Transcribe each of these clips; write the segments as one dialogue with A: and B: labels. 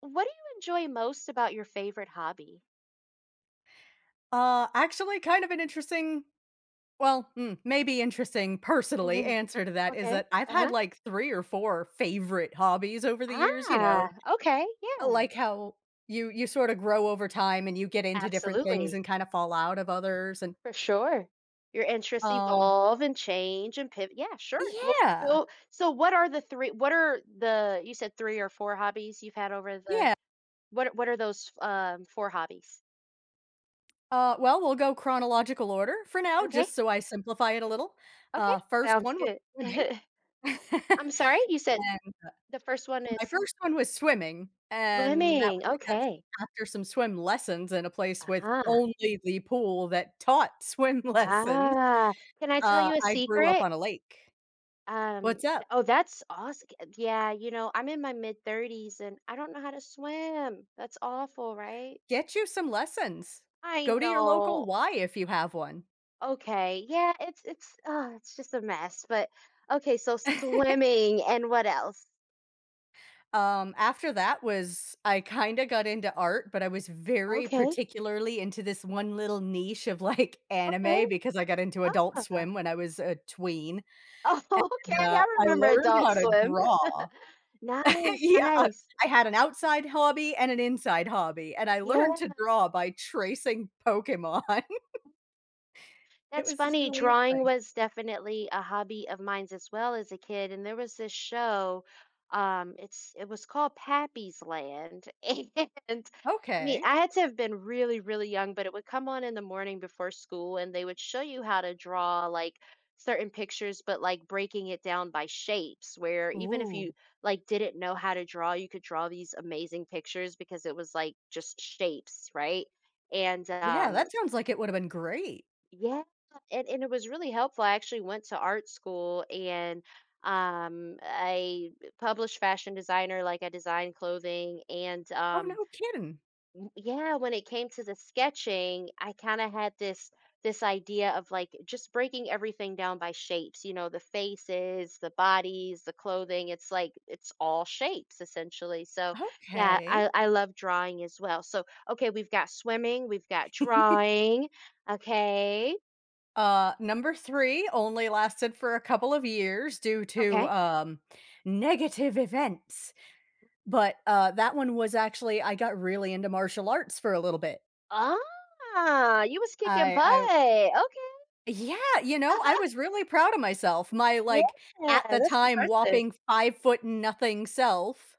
A: What do you enjoy most about your favorite hobby?
B: Actually, kind of an interesting maybe interesting personally
A: Mhm.
B: answer to that is
A: Okay.
B: that I've had
A: Uh-huh.
B: like 3 or 4 favorite hobbies over the years, you
A: Ah,
B: know,
A: okay. Yeah,
B: like how you sort of grow over time and you get into different things
A: absolutely.
B: and kind of fall out of others
A: For sure. Your interests
B: um
A: evolve and change and pivot. Yeah, sure. Well,
B: Yeah,
A: so what are the three, you said three or four hobbies you've had over the,
B: yeah.
A: what are those four hobbies?
B: Well, we'll go chronological order for now
A: Okay.
B: just so I simplify it a little.
A: Okay.
B: First
A: Sounds
B: one was
A: good.
B: swimming.
A: I'm sorry. You said the first one
B: My
A: is
B: first one was swimming, and that was
A: swimming.
B: because
A: Okay.
B: after some swim lessons in a place with
A: Uh-huh.
B: only the pool that taught swim lessons,
A: Ah, can I tell you a
B: I grew up
A: secret?
B: on a lake.
A: Um,
B: What's up?
A: th- oh, that's awesome. Yeah, I'm in my mid 30s and I don't know how to swim. That's awful, right?
B: Get you some lessons.
A: I
B: Go to your local
A: know.
B: Y if you have one.
A: Okay. Yeah, it's just a mess. But okay, so swimming and what else?
B: After that was I kinda got into art, but I was very
A: Okay.
B: particularly into this one little niche of, like,
A: Okay.
B: anime because I got into
A: Ah.
B: Adult Swim when I was a tween,
A: Oh,
B: and,
A: okay. I
B: I
A: remember
B: learned
A: Adult
B: how to
A: Swim.
B: draw.
A: Nice,
B: Yeah,
A: nice.
B: I had an outside hobby and an inside hobby, and I learned
A: Yeah.
B: to draw by tracing Pokemon. It
A: That's
B: was the
A: funny.
B: silliest
A: Drawing
B: thing.
A: was definitely a hobby of mine as well as a kid, and there was this show. It was called Pappy's Land, and I mean,
B: Okay.
A: I had to have been really, really young, but it would come on in the morning before school, and they would show you how to draw, like, certain pictures, but, like, breaking it down by shapes, where even if you,
B: Ooh.
A: like, didn't know how to draw, you could draw these amazing pictures because it was like just shapes, right? And
B: Yeah, that sounds like it would've been great.
A: yeah, and it was really helpful. I actually went to art school, and I published fashion designer, like I designed clothing, and
B: Oh, no kidding.
A: yeah, when it came to the sketching, I kind of had this idea of, like, just breaking everything down by shapes, you know, the faces, the bodies, the clothing. It's like it's all shapes essentially. So, yeah,
B: Okay.
A: I love drawing as well. So, okay, we've got swimming, we've got drawing, okay?
B: Number 3 only lasted for a couple of years due to,
A: Okay.
B: negative events, but, that one was actually I got really into martial arts for a little bit.
A: Ah, you was kicking butt.
B: I
A: Okay.
B: Yeah, you know, I was really proud of myself, my,
A: Yeah,
B: like, at the
A: that's
B: time,
A: impressive.
B: whopping 5-foot nothing self,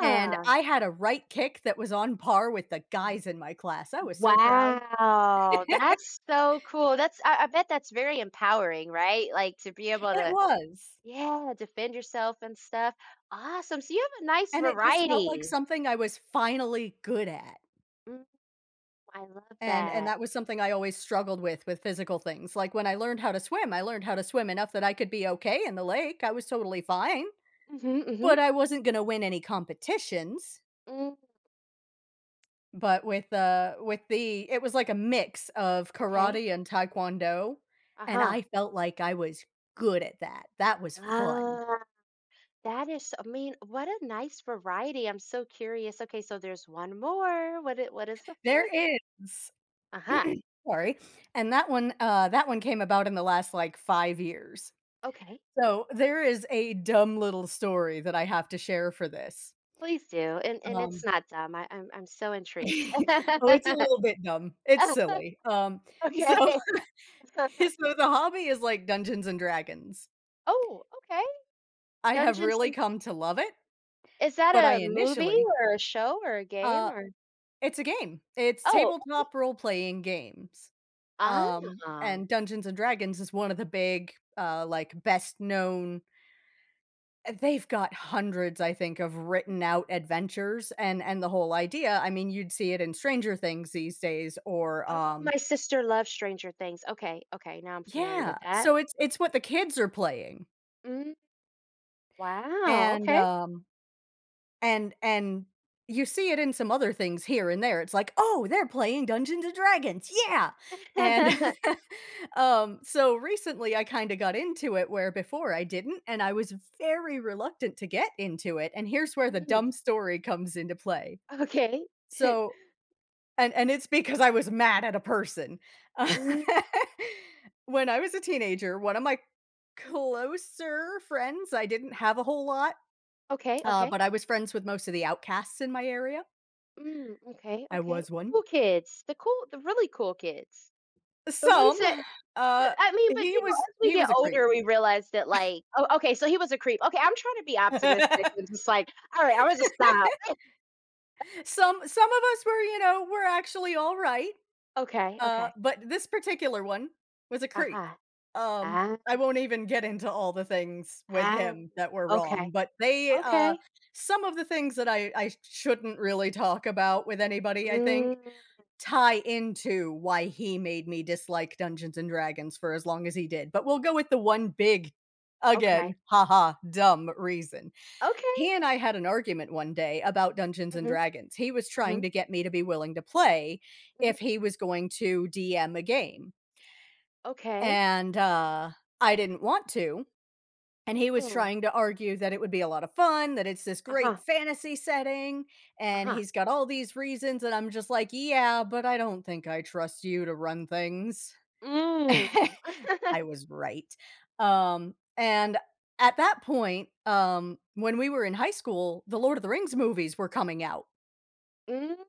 B: and I had a right kick that was on par with the
A: w-
B: guys in my class, I was so proud.
A: Wow. That's so cool. I bet that's very empowering, right? Like to be able
B: It
A: to,
B: was,
A: yeah, defend yourself and stuff. Awesome. So you have a nice
B: and it just felt like
A: variety.
B: something I was finally good at,
A: Mm, I love
B: and
A: that.
B: that was something I always struggled with physical things, like, when I learned how to swim, I learned how to swim enough that I could be okay in the lake, I was totally fine,
A: Mm-hmm, mm-hmm.
B: but I wasn't gonna win any competitions.
A: Mm,
B: But with the it was like a mix of
A: okay.
B: karate and taekwondo, and
A: Uh-huh.
B: I felt like I was good at that. That was fun.
A: Ah. That is, I mean, what a nice variety. I'm so curious. Okay, so there's one more. What is the
B: There
A: fourth?
B: is
A: Uh-huh.
B: sorry, and that one came about in the last, like, 5 years.
A: Okay.
B: So, there is a dumb little story that I have to share for this.
A: Please do. And it's
B: Um
A: not dumb. I'm so intrigued.
B: Oh, it's a little bit dumb. It's silly. So
A: Okay.
B: so the hobby is like Dungeons& and Dragons.
A: Oh, okay.
B: I have
A: Dungeons
B: really
A: and
B: come to love it,
A: Is that
B: but I
A: a movie
B: initially
A: or a show or a game?
B: Uh,
A: Or,
B: it's a game. It's
A: oh,
B: tabletop role-playing games.
A: ah.
B: And Dungeons and Dragons is one of the big, like, best known they've got hundreds, I think, of written out adventures and the whole idea I mean, you'd see it in Stranger Things these days or,
A: Oh, my sister loves Stranger Things. Okay, okay. Now I'm familiar
B: yeah.
A: with that.
B: So it's what the kids are playing,
A: Mm, wow,
B: and,
A: okay.
B: and you see it in some other things here and there. It's like, "Oh, they're playing Dungeons& and Dragons, yeah!" And, so recently I kinda got into it where before I didn't, and I was very reluctant to get into it, and here's where the dumb
A: Mm,
B: story comes into play.
A: okay.
B: So and it's because I was mad at a person. Uh,
A: Mm.
B: When I was a teenager, one of my closer friends I didn't have a whole lot,
A: Okay, okay.
B: but I was friends with most of the outcasts in my area,
A: Mm, okay,
B: I
A: okay.
B: was
A: The
B: one.
A: cool kids, the really cool kids. The ones
B: Some,
A: that
B: uh,
A: th I mean, but,
B: he
A: you know,
B: was
A: as we
B: he
A: get
B: was a creep.
A: older, we realize that, like, oh, okay, so he was a creep. Okay, I'm trying to be optimistic and just like, "All right, Imma just stop."
B: Some of us were, you know, were actually all right,
A: Okay, okay.
B: but this particular one was a creep.
A: Uh-huh.
B: Um,
A: Ah,
B: I won't even get into all the things with
A: ah,
B: him that were
A: okay,
B: wrong, but they,
A: okay.
B: uh some of the things that I shouldn't really talk about with anybody, I think,
A: Mm,
B: tie into why he made me dislike Dungeons& and Dragons for as long as he did, but we'll go with the one big again,
A: okay,
B: haha, dumb reason.
A: okay.
B: He and I had an argument one day about Dungeons& and
A: Mhm,
B: Dragons. He was trying
A: mhm,
B: to get me to be willing to play
A: mhm.
B: if he was going to DM a game,
A: Okay.
B: and, I didn't want to and he was
A: Mm,
B: trying to argue that it would be a lot of fun, that it's this great
A: uh-huh,
B: fantasy setting, and
A: uh-huh.
B: he's got all these reasons, and I'm just like, "Yeah, but I don't think I trust you to run things."
A: Mm.
B: I was right. And at that point, when we were in high school, the Lord of the Rings movies were coming out.
A: Mm,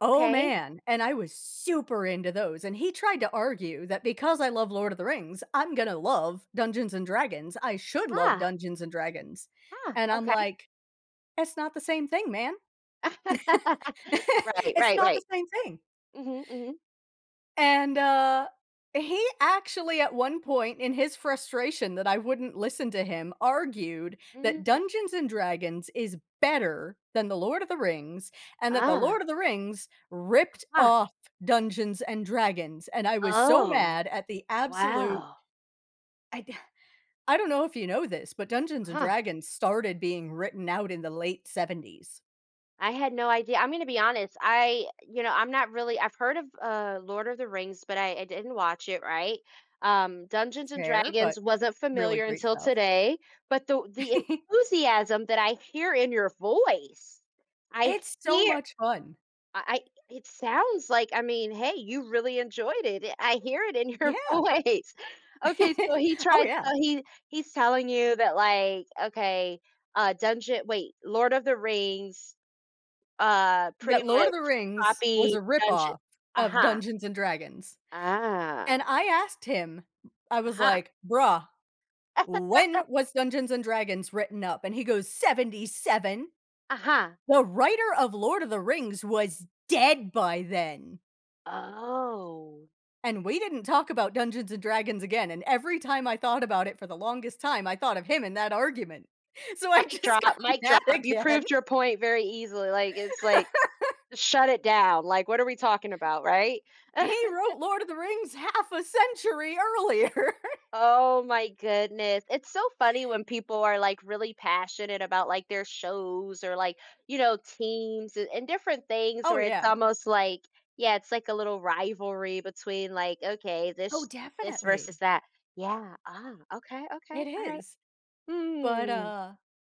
B: Oh,
A: okay.
B: man, and I was super into those, and he tried to argue that because I love Lord of the Rings, I'm gonna love Dungeons& and Dragons. I should love
A: Ah,
B: Dungeons& and Dragons,
A: ah,
B: and I'm
A: okay.
B: like, "It's not the same thing, man.
A: Right,
B: It's
A: right,
B: not the
A: right.
B: same thing."
A: Mhm, mhm.
B: And, he actually, at one point, in his frustration that I wouldn't listen to him, argued that
A: Mm,
B: Dungeons& and Dragons is better than The Lord of the Rings, and that The Lord
A: ah,
B: of the Rings ripped
A: huh.
B: off Dungeons& and Dragons, and I was so
A: Oh,
B: mad at the absolute
A: wow.
B: I d I don't know if you know this, but Dungeons& and
A: Huh.
B: Dragons started being written out in the late '70s.
A: I had no idea. I'm gonna be honest, I'm not really I've heard of, Lord of the Rings, but I didn't watch it, right? Dungeons& and
B: Fair, but
A: Dragons wasn't
B: really
A: familiar
B: great
A: until
B: stuff.
A: today, but the enthusiasm that I hear in your voice, I
B: It's so
A: hear
B: much fun.
A: I it sounds like, I mean, hey, you really enjoyed it. I hear it in your
B: Yeah.
A: voice. Okay, so he
B: Oh,
A: tried
B: yeah.
A: so he he's telling you that, like, okay, Lord of the Rings, pretty
B: That Lord
A: much
B: of the Rings was
A: copy
B: a
A: Dungeon.
B: ripoff of
A: Uh-huh.
B: Dungeons& and Dragons,
A: Ah.
B: and I asked him, I was
A: Uh-huh.
B: like, "Bruh, when was Dungeons& and Dragons written up?" And he goes, "77.
A: Uh-huh.
B: The writer of Lord of the Rings was dead by then."
A: Oh.
B: And we didn't talk about Dungeons& and Dragons again, and every time I thought about it for the longest time, I thought of him in that argument. So I
A: Mic
B: just got
A: drop, mic
B: mad
A: drop. You
B: again.
A: proved your point very easily. Like it's like shut it down. Like what are we talking about, right?
B: He wrote Lord of the Rings half a century earlier.
A: Oh my goodness. It's so funny when people are like really passionate about like their shows or like, you know, teams, and different things,
B: Oh,
A: where it's
B: yeah.
A: almost like, yeah, it's like a little rivalry between like, okay,
B: Oh,
A: this versus
B: definitely.
A: that. Yeah. Ah, okay, okay.
B: It
A: All right.
B: is. But,
A: Hmm.
B: uh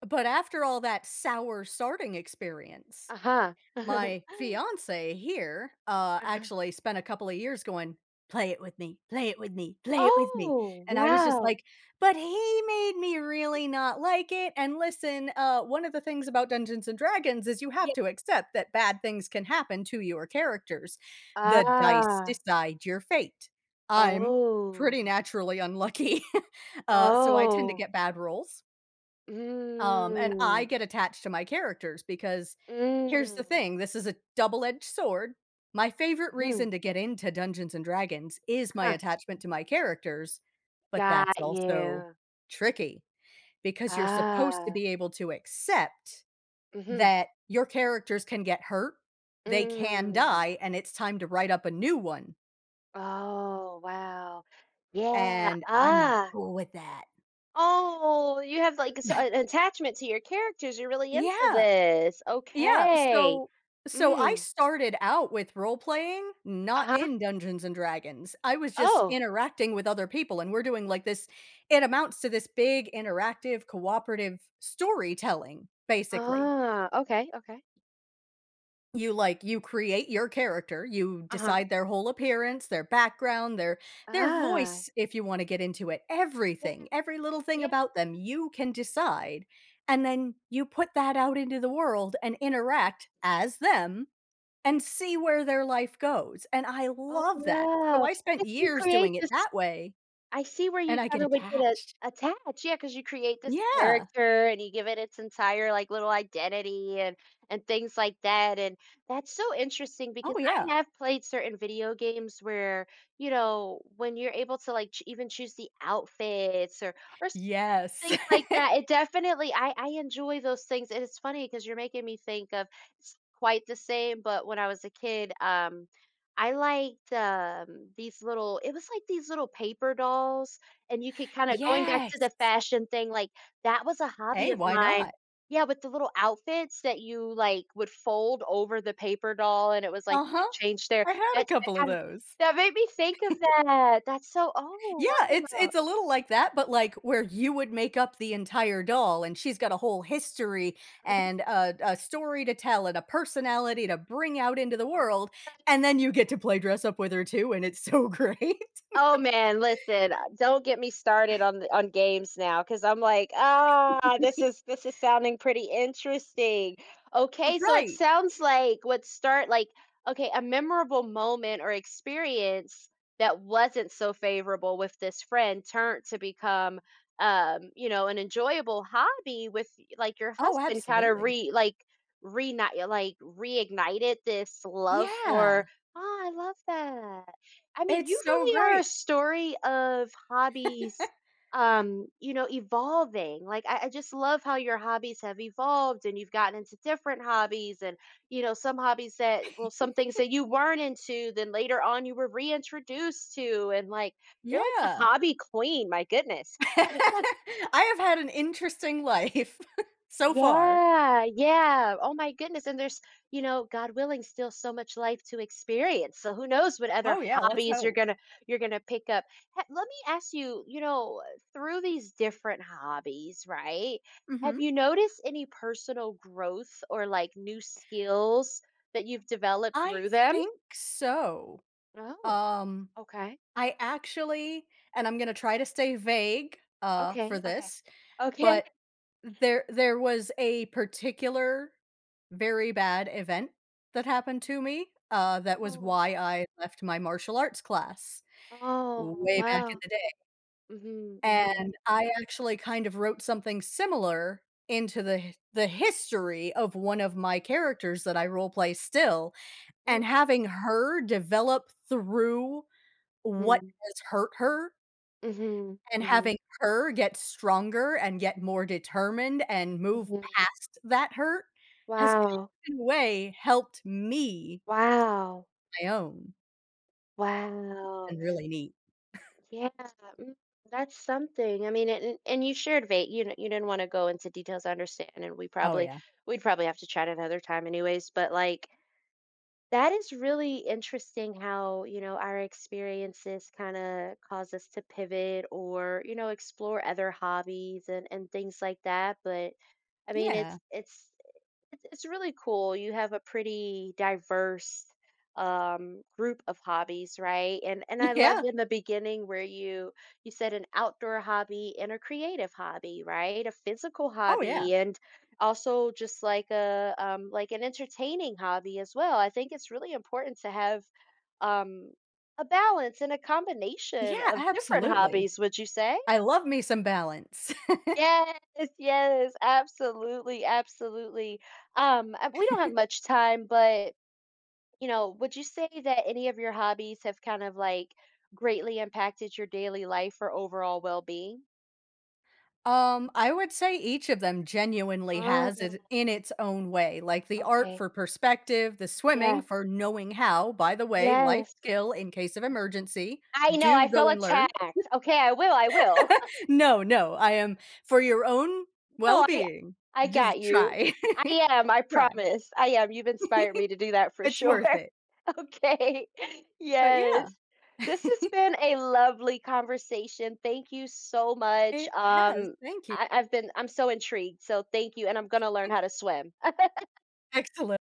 B: but after all that sour starting experience,
A: Uh-huh.
B: my fiance here,
A: Uh-huh.
B: actually spent a couple of years going, "Play it with me, play it with me, play it with me,"
A: Oh,
B: and I was just
A: wow.
B: like, "But he made me really not like it," and listen, one of the things about Dungeons& and Dragons is you have
A: Yeah.
B: to accept that bad things can happen to your characters. The dice
A: Ah.
B: decide your fate. I'm
A: Oh.
B: pretty naturally unlucky, so I tend to
A: Oh.
B: get bad rolls. And I
A: Mm.
B: get attached to my characters because here's the
A: Mm.
B: thing, this is a double-edged sword. My favorite
A: Mm-hmm.
B: reason to get into Dungeons& and Dragons is my
A: Uh-huh.
B: attachment to my characters, but that's
A: Got
B: also
A: you.
B: tricky because you're supposed to
A: Ah.
B: be able to accept
A: Mhm.
B: that your characters can get hurt, they can
A: Mm.
B: die, and it's time to write up a new one,
A: Oh, wow. Yeah.
B: and I'm not
A: Ah.
B: cool with that.
A: Oh, you have like an attachment to your characters. You're really into
B: Yeah.
A: this.
B: Yeah,
A: Okay.
B: so I
A: Mm.
B: started out with role playing, not
A: Uh-huh.
B: in Dungeons& and Dragons. I was just
A: Oh.
B: interacting with other people, and we're doing, like, this it amounts to this big interactive cooperative storytelling, basically.
A: Ah. Okay. Okay.
B: You create your character, you
A: Uh-huh.
B: decide their whole appearance, their background, their
A: Ah.
B: voice, if you wanna get into it,
A: Yeah.
B: everything, every little thing
A: Yeah.
B: about them, you can decide, and then you put that out into the world and interact as them
A: Mm.
B: and see where their life goes, and I
A: Oh
B: love that. So
A: wow.
B: I
A: Yes.
B: spent
A: You
B: years
A: create
B: doing it
A: this
B: that way,
A: I see where you
B: and I get
A: kinda would get a
B: attached.
A: attached, yeah, because you create this
B: Yeah.
A: character and you give it its entire, like, little identity, and things like that, and that's so interesting because
B: Oh, yeah.
A: I have played certain video games where, you know, when you're able to, like, ch even choose the outfits or or
B: Yes.
A: Things like that, it definitely I enjoy those things, and it's funny because 'cause you're making me think of it's quite the same, but when I was a kid, I liked, these little it was like these little paper dolls, and you could kinda going back to
B: Yes.
A: the fashion thing, like, that was a hobby
B: Hey,
A: of
B: why
A: mine.
B: not?
A: Yeah, with the little outfits that you, like, would fold over the paper doll, and it was like you
B: Uh-huh.
A: could change their
B: I had a
A: that that
B: couple of
A: kinda
B: those.
A: that made me think of that. That's so Oh,
B: Yeah,
A: wow.
B: it's a little like that, but, like, where you would make up the entire doll, and she's got a whole history and a story to tell and a personality to bring out into the world, and
A: uh,
B: then you get to play dress up with her too, and it's so great.
A: Oh man, listen, don't get me started on the on games now, because I'm like, ah, this is sounding pretty interesting. Okay, so it
B: Right.
A: sounds like, what start like okay, a memorable moment or experience that wasn't so favorable with this friend turned to become an enjoyable hobby with like your
B: Oh,
A: husband kind of
B: absolutely.
A: re, re reignited this love
B: Yeah.
A: for, ah, I love that. I mean, you
B: It's so
A: really are a
B: great.
A: story of hobbies, evolving. Like, I just love how your hobbies have evolved and you've gotten into different hobbies and, you know, some hobbies that, well, some things that you weren't into, then later on you were reintroduced to. And like, you're like the
B: Yeah.
A: hobby queen, my goodness.
B: I have had an interesting life so far.
A: Yeah, yeah. Oh my goodness. And there's, you know, God willing, still so much life to experience. So who knows what other
B: Oh, yeah, let's
A: hobbies you're
B: hope.
A: gonna, you're gonna pick up. Let me ask you, you know, through these different hobbies, right? Have
B: Mhm.
A: you noticed any personal growth or, like, new skills that you've developed
B: I
A: through them?
B: think so.
A: Oh,
B: Um,
A: okay.
B: I actually and I'm gonna try to stay vague, for
A: Okay, okay.
B: this,
A: Okay.
B: but there was a particular very bad event that happened to me, that was
A: Oh,
B: why I left my martial arts class
A: oh,
B: way back in
A: wow.
B: the day.
A: Mm-hmm, mm-hmm,
B: And I actually kind of wrote something similar into the history of one of my characters that I role play still, and having her develop through what
A: mm-hmm,
B: has hurt her,
A: mm-hmm,
B: and having her get stronger and get more determined and move
A: mm-hmm.
B: past that hurt has kind
A: Wow,
B: of in a way helped me
A: wow,
B: my own,
A: wow.
B: and really neat.
A: Yeah, mm, that's something. I mean, and you shared vague, you know, you didn't want to go into details, I understand, and
B: Oh, yeah.
A: we'd probably have to chat another time anyways, but like that is really interesting how, you know, our experiences kind of cause us to pivot or, you know, explore other hobbies and things like that, but I mean, it's
B: Yeah.
A: it's It's it's really cool. You have a pretty diverse group of hobbies, right? And I love
B: Yeah.
A: in the beginning where you said an outdoor hobby and a creative hobby, right? A physical
B: Oh, yeah.
A: hobby and also just like a like an entertaining hobby as well. I think it's really important to have um a balance and a
B: Yeah,
A: combination of different
B: absolutely.
A: hobbies, would you say?
B: I love me some balance.
A: Yes, yes, absolutely, absolutely. We don't have much time, but, would you say that any of your hobbies have kind of like greatly impacted your daily life or overall well-being?
B: I would say each of them genuinely has it
A: Oh,
B: in its own way, like the art
A: okay.
B: for perspective, the swimming
A: Yeah.
B: for knowing how, by the way, life
A: Yes.
B: skill in case of emergency.
A: I know,
B: Do
A: I
B: go
A: feel
B: and learn.
A: attacked. Okay, I will, I will.
B: No, no, I am for your own
A: No, I
B: well-being.
A: I got
B: Just
A: you.
B: try.
A: I am, I
B: Try.
A: promise. I am. You've inspired me to do that for
B: It's
A: sure.
B: worth it.
A: Okay.
B: But
A: Yes.
B: yeah,
A: This has been a lovely conversation. Thank you so much.
B: it has. Thank you.
A: I'm so intrigued. So thank you. And I'm going to learn how to swim.
B: Excellent.